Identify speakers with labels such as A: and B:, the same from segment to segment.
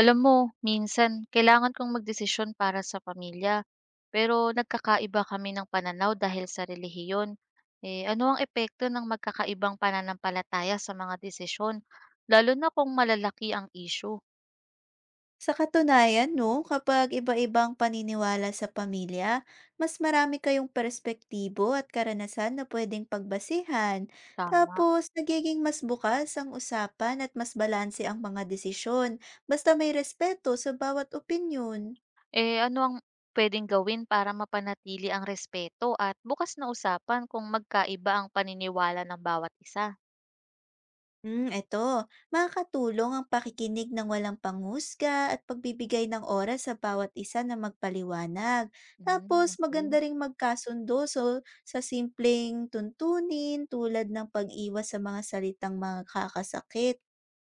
A: Alam mo, minsan kailangan kong magdesisyon para sa pamilya, pero nagkakaiba kami ng pananaw dahil sa relihiyon. Eh, ano ang epekto ng magkakaibang pananampalataya sa mga desisyon, lalo na kung malalaki ang issue?
B: Sa katunayan, no, kapag iba-ibang paniniwala sa pamilya, mas marami kayong perspektibo at karanasan na pwedeng pagbasehan.
A: Tama.
B: Tapos, nagiging mas bukas ang usapan at mas balanse ang mga desisyon, basta may respeto sa bawat opinyon.
A: Eh, ano ang pwedeng gawin para mapanatili ang respeto at bukas na usapan kung magkaiba ang paniniwala ng bawat isa?
B: Hmm, eto. Makakatulong ang pakikinig ng walang panghusga at pagbibigay ng oras sa bawat isa na magpaliwanag. Tapos,
A: Mm,
B: maganda
A: okay.
B: ring magkasundo so, sa simpleng tuntunin tulad ng pag-iwas sa mga salitang makakasakit.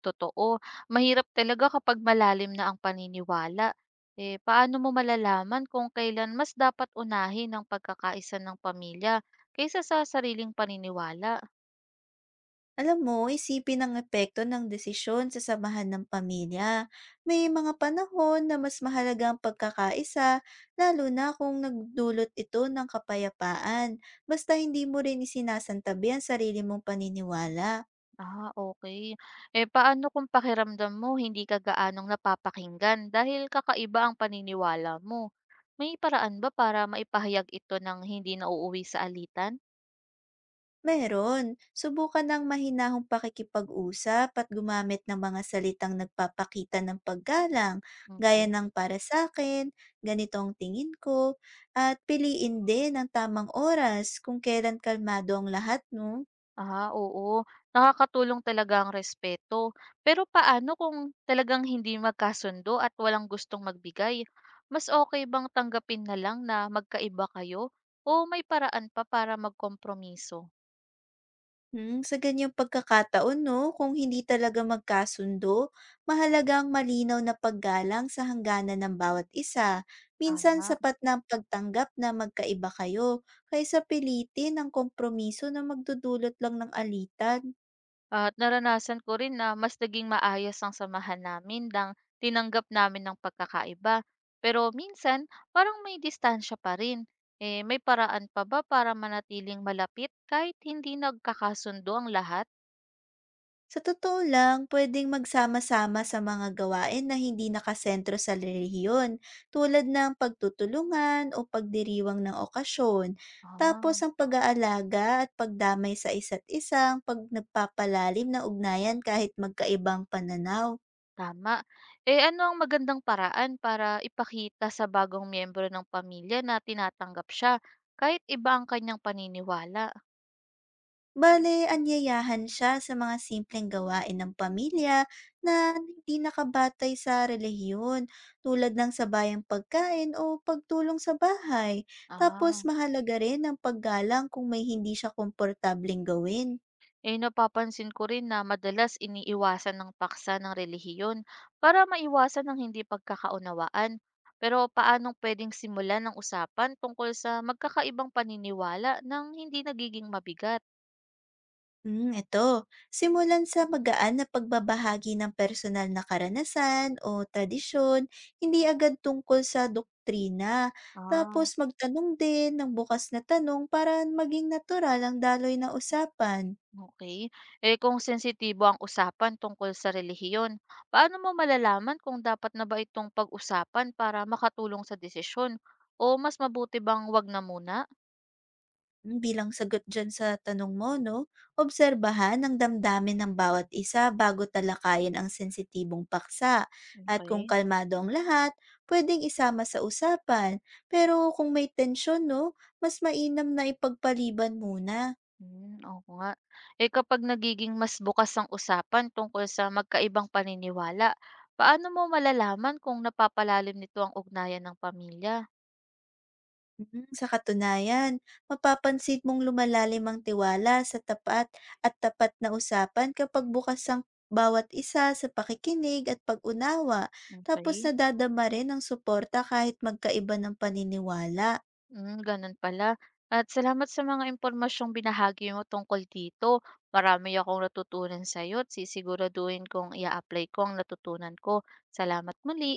A: Totoo, mahirap talaga kapag malalim na ang paniniwala. Eh, paano mo malalaman kung kailan mas dapat unahin ang pagkakaisa ng pamilya kaysa sa sariling paniniwala?
B: Alam mo, isipin ang epekto ng desisyon sa samahan ng pamilya. May mga panahon na mas mahalaga ang pagkakaisa, lalo na kung nagdulot ito ng kapayapaan, basta hindi mo rin isinasantabi ang sarili mong paniniwala.
A: Ah, okay. Eh, paano kung pakiramdam mo hindi ka gaanong napapakinggan dahil kakaiba ang paniniwala mo? May paraan ba para maipahayag ito ng hindi nauuwi sa alitan?
B: Meron. Subukan ng mahinahong pakikipag-usap at gumamit ng mga salitang nagpapakita ng paggalang, gaya
A: Okey.
B: ng para sa akin, ganito ang tingin ko, at piliin din ang tamang oras kung kailan kalmado ang lahat, no?
A: Ah, oo. Nakakatulong talaga ang respeto. Pero paano kung talagang hindi magkasundo at walang gustong magbigay? Mas okay bang tanggapin na lang na magkaiba kayo? O may paraan pa para magkompromiso?
B: Hmm, sa ganyang pagkakataon 'no, kung hindi talaga magkasundo, mahalaga ang malinaw na paggalang sa hangganan ng bawat isa. Minsan
A: Tama.
B: sapat na ang pagtanggap na magkaiba kayo, kaysa pilitin ang kompromiso na magdudulot lang ng alitan.
A: At naranasan ko rin na mas naging maayos ang samahan namin nang tinanggap namin ng pagkakaiba. Pero minsan, parang may distansya pa rin. Eh, may paraan pa ba para manatiling malapit kahit hindi nagkakasundo ang lahat?
B: Sa totoo lang, pwedeng magsama-sama sa mga gawain na hindi nakasentro sa relihiyon, tulad ng pagtutulungan o pagdiriwang ng okasyon. Tapos
A: Ah,
B: ang pag-aalaga at pagdamay sa isa't isang pag nagpapalalim ng ugnayan kahit magkaibang pananaw.
A: tama. Eh, ano ang magandang paraan para ipakita sa bagong miyembro ng pamilya na tinatanggap siya kahit iba ang kanyang paniniwala?
B: Bale, anyayahan siya sa mga simpleng gawain ng pamilya na hindi nakabatay sa relihiyon, tulad ng sabayang pagkain o pagtulong sa bahay. Tapos
A: Ah,
B: mahalaga rin ang paggalang kung may hindi siya komportabling gawin.
A: eh napapansin ko rin na madalas iniiwasan ng paksa ng relihiyon para maiwasan ng hindi pagkakaunawaan. Pero paanong pwedeng simulan ng usapan tungkol sa magkakaibang paniniwala nang hindi nagiging mabigat?
B: Hmm, eto. Simulan sa magaan na pagbabahagi ng personal na karanasan o tradisyon, hindi agad tungkol sa doktrina. Tapos
A: Ah.
B: magtanong din ng bukas na tanong para maging natural ang daloy na usapan.
A: Okey. Eh, kung sensitibo ang usapan tungkol sa relihiyon, paano mo malalaman kung dapat na ba itong pag-usapan para makatulong sa desisyon o mas mabuti bang 'wag na muna?
B: Hmm, bilang sagot dyan sa tanong mo, no? Obserbahan ang damdamin ng bawat isa bago talakayin ang sensitibong paksa. At kung
A: Okey.
B: kalmado ang lahat, pwedeng isama sa usapan. Pero kung may tensyon, no? Mas mainam na ipagpaliban muna.
A: Hmm, oo nga. Eh, kapag nagiging mas bukas ang usapan tungkol sa magkaibang paniniwala, paano mo malalaman kung napapalalim nito ang ugnayan ng pamilya?
B: Mm, sa katunayan, mapapansin mong lumalalim ang tiwala sa tapat at tapat na usapan kapag bukas ang bawat isa sa pakikinig at pag-unawa, tapos
A: Okey.
B: nadadama rin ang suporta kahit magkaiba ng paniniwala.
A: Hmm, ganun pala. At salamat sa mga impormasyong binahagi mo tungkol dito. Marami akong natutunan sa'yo at sisiguraduhin kong ia-apply ko ang natutunan ko. Salamat muli.